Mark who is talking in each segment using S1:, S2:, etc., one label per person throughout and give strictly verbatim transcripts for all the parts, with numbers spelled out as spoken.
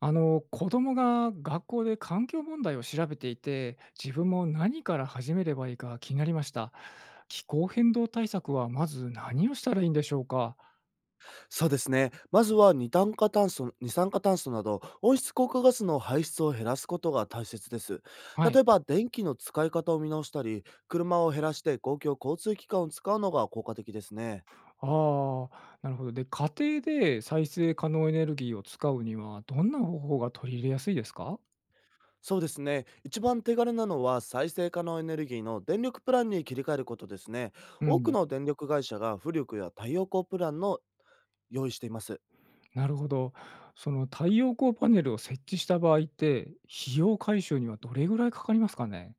S1: あの子供が学校で環境問題を調べていて、自分も何から始めればいいか気になりました。気候変動対策はまず何をしたらいいんでしょうか？
S2: そうですね。まずは二酸化炭素二酸化炭素など温室効果ガスの排出を減らすことが大切です。
S1: はい。
S2: 例えば電気の使い方を見直したり、車を減らして公共交通機関を使うのが効果的ですね。
S1: ああー。なるほど。で、家庭で再生可能エネルギーを使うにはどんな方法が取り入れやすいですか？
S2: そうですね。一番手軽なのは再生可能エネルギーの電力プランに切り替えることですね。
S1: う
S2: 多く
S1: ん。
S2: の電力会社が風力や太陽光プランの用意しています。
S1: なるほど。その太陽光パネルを設置した場合って、費用回収にはどれぐらいかかりますかね？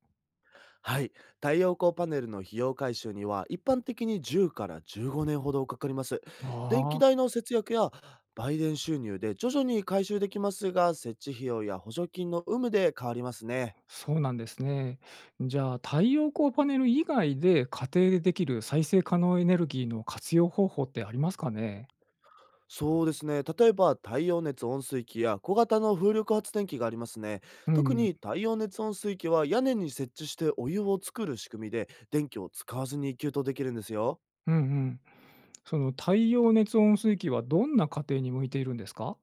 S2: はい。太陽光パネルの費用回収には、一般的にじゅうからじゅうごねんほどかかります。電
S1: あ
S2: 気
S1: あ
S2: 代
S1: ー。
S2: の節約や売電収入で徐々に回収できますが、設置費用や補助金の有無で変わりますね。
S1: そうなんですね。じゃあ、太陽光パネル以外で家庭でできる再生可能エネルギーの活用方法ってありますかね？
S2: そうですね。例えば、太陽熱温水器や小型の風力発電機がありますね。
S1: う
S2: 特
S1: ん、
S2: に太陽熱温水器は屋根に設置してお湯を作る仕組みで、電気を使わずに給湯できるんですよ。
S1: うんうん。その太陽熱温水器はどんな家庭に向いているんですか？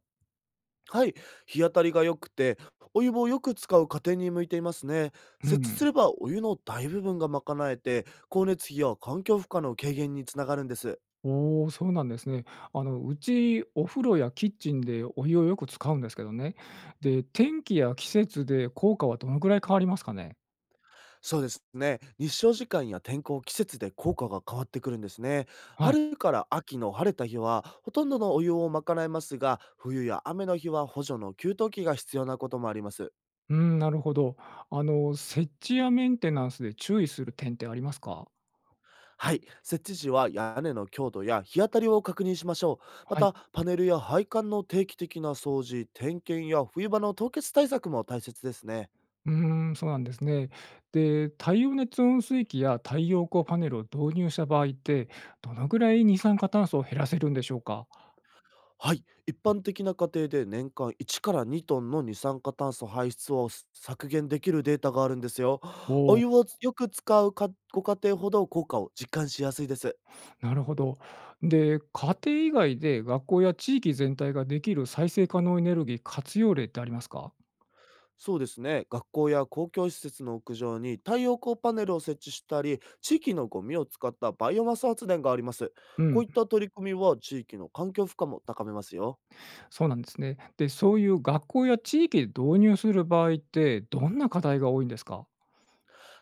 S2: はい、日当たりが良くて、お湯をよく使う家庭に向いていますね。
S1: う
S2: 設置す
S1: ん。
S2: ればお湯の大部分が賄えて、光熱費や環境負荷の軽減につながるんです。
S1: おお、そうなんですね。あの、うちお風呂やキッチンでお湯をよく使うんですけどね。で、天気や季節で効果はどのくらい変わりますかね？
S2: そうですね。日照時間や天候、季節で効果が変わってくるんですね。
S1: はい。
S2: 春から秋の晴れた日は、ほとんどのお湯を賄えますが、冬や雨の日は補助の給湯器が必要なこともあります。
S1: うん、なるほど。あの、設置やメンテナンスで注意する点ってありますか？
S2: はい、設置時は屋根の強度や日当たりを確認しましょう。ま
S1: はい。
S2: た、パネルや配管の定期的な掃除、点検や冬場の凍結対策も大切ですね。
S1: うーん、そうなんですね。で、太陽熱温水器や太陽光パネルを導入した場合って、どのぐらい二酸化炭素を減らせるんでしょうか？
S2: はい、一般的な家庭で年間いちからにトンの二酸化炭素排出を削減できるデータがあるんですよ。
S1: お
S2: お
S1: お
S2: 湯
S1: ー。
S2: をよく使うかご家庭ほど効果を実感しやすいです。
S1: なるほど。で、家庭以外で学校や地域全体ができる再生可能エネルギー活用例ってありますか？
S2: そうですね。学校や公共施設の屋上に太陽光パネルを設置したり、地域のゴミを使ったバイオマス発電があります。
S1: う
S2: こ
S1: ん、
S2: ういった取り組みは地域の環境負荷も高めますよ。
S1: そうなんですね。で、そういう学校や地域で導入する場合って、どんな課題が多いんですか？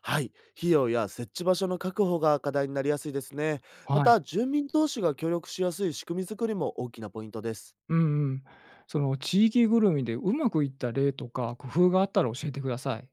S2: はい。費用や設置場所の確保が課題になりやすいですね。ま
S1: はい。
S2: た、住民同士が協力しやすい仕組み作りも大きなポイントです。
S1: うんうん。その地域ぐるみでうまくいった例とか工夫があったら教えてください。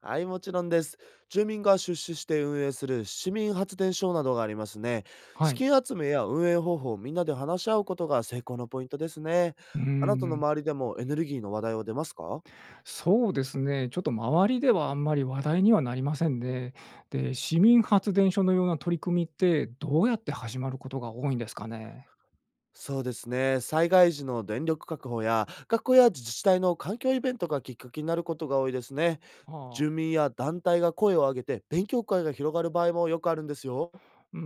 S2: はい、もちろんです。住民が出資して運営する市民発電所などがありますね。
S1: は
S2: 資
S1: い。
S2: 金集めや運営方法をみんなで話し合うことが成功のポイントですね。
S1: うー
S2: あなたの
S1: ん、
S2: 周りでもエネルギーの話題は出ますか？
S1: そうですね、ちょっと周りではあんまり話題にはなりませんね。で、市民発電所のような取り組みってどうやって始まることが多いんですかね？
S2: そうですね。災害時の電力確保や学校や自治体の環境イベントがきっかけになることが多いですね。
S1: ああ、
S2: 住民や団体が声を上げて勉強会が広がる場合もよくあるんですよ。
S1: うー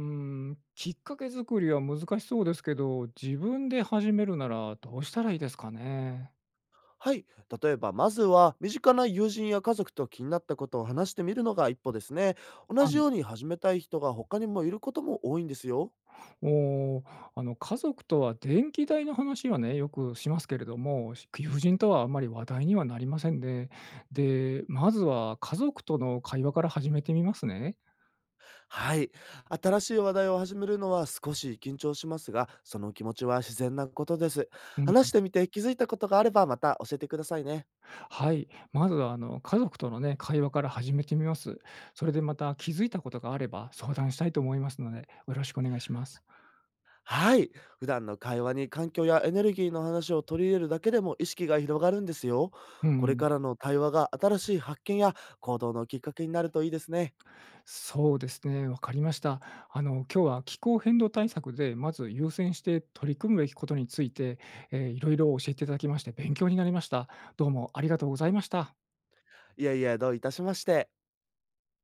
S1: ん、きっかけ作りは難しそうですけど、自分で始めるならどうしたらいいですかね？
S2: はい。例えば、まずは、身近な友人や家族と気になったことを話してみるのが一歩ですね。同
S1: は
S2: じ
S1: い。
S2: ように始めたい人が他にもいることも多いんですよ。
S1: おお、あの家族とは電気代の話はね、よくしますけれども、し友人とはあんまり話題にはなりませんね。で、まずは家族との会話から始めてみますね。
S2: はい。新しい話題を始めるのは少し緊張しますが、その気持ちは自然なことです。
S1: う
S2: 話
S1: ん、
S2: してみて気づいたことがあれば、また教えてくださいね。
S1: はい。まずは、あの、家族とのね、会話から始めてみます。それでまた気づいたことがあれば相談したいと思いますので、よろしくお願いします。
S2: はい。普段の会話に環境やエネルギーの話を取り入れるだけでも意識が広がるんですよ。
S1: う
S2: これ
S1: ん、
S2: からの対話が新しい発見や行動のきっかけになるといいですね。
S1: そうですね、わかりました。あの、今日は気候変動対策で、まず優先して取り組むべきことについて、えー、いろいろ教えていただきまして勉強になりました。どうもありがとうございました。
S2: いやいや、どういたしまして。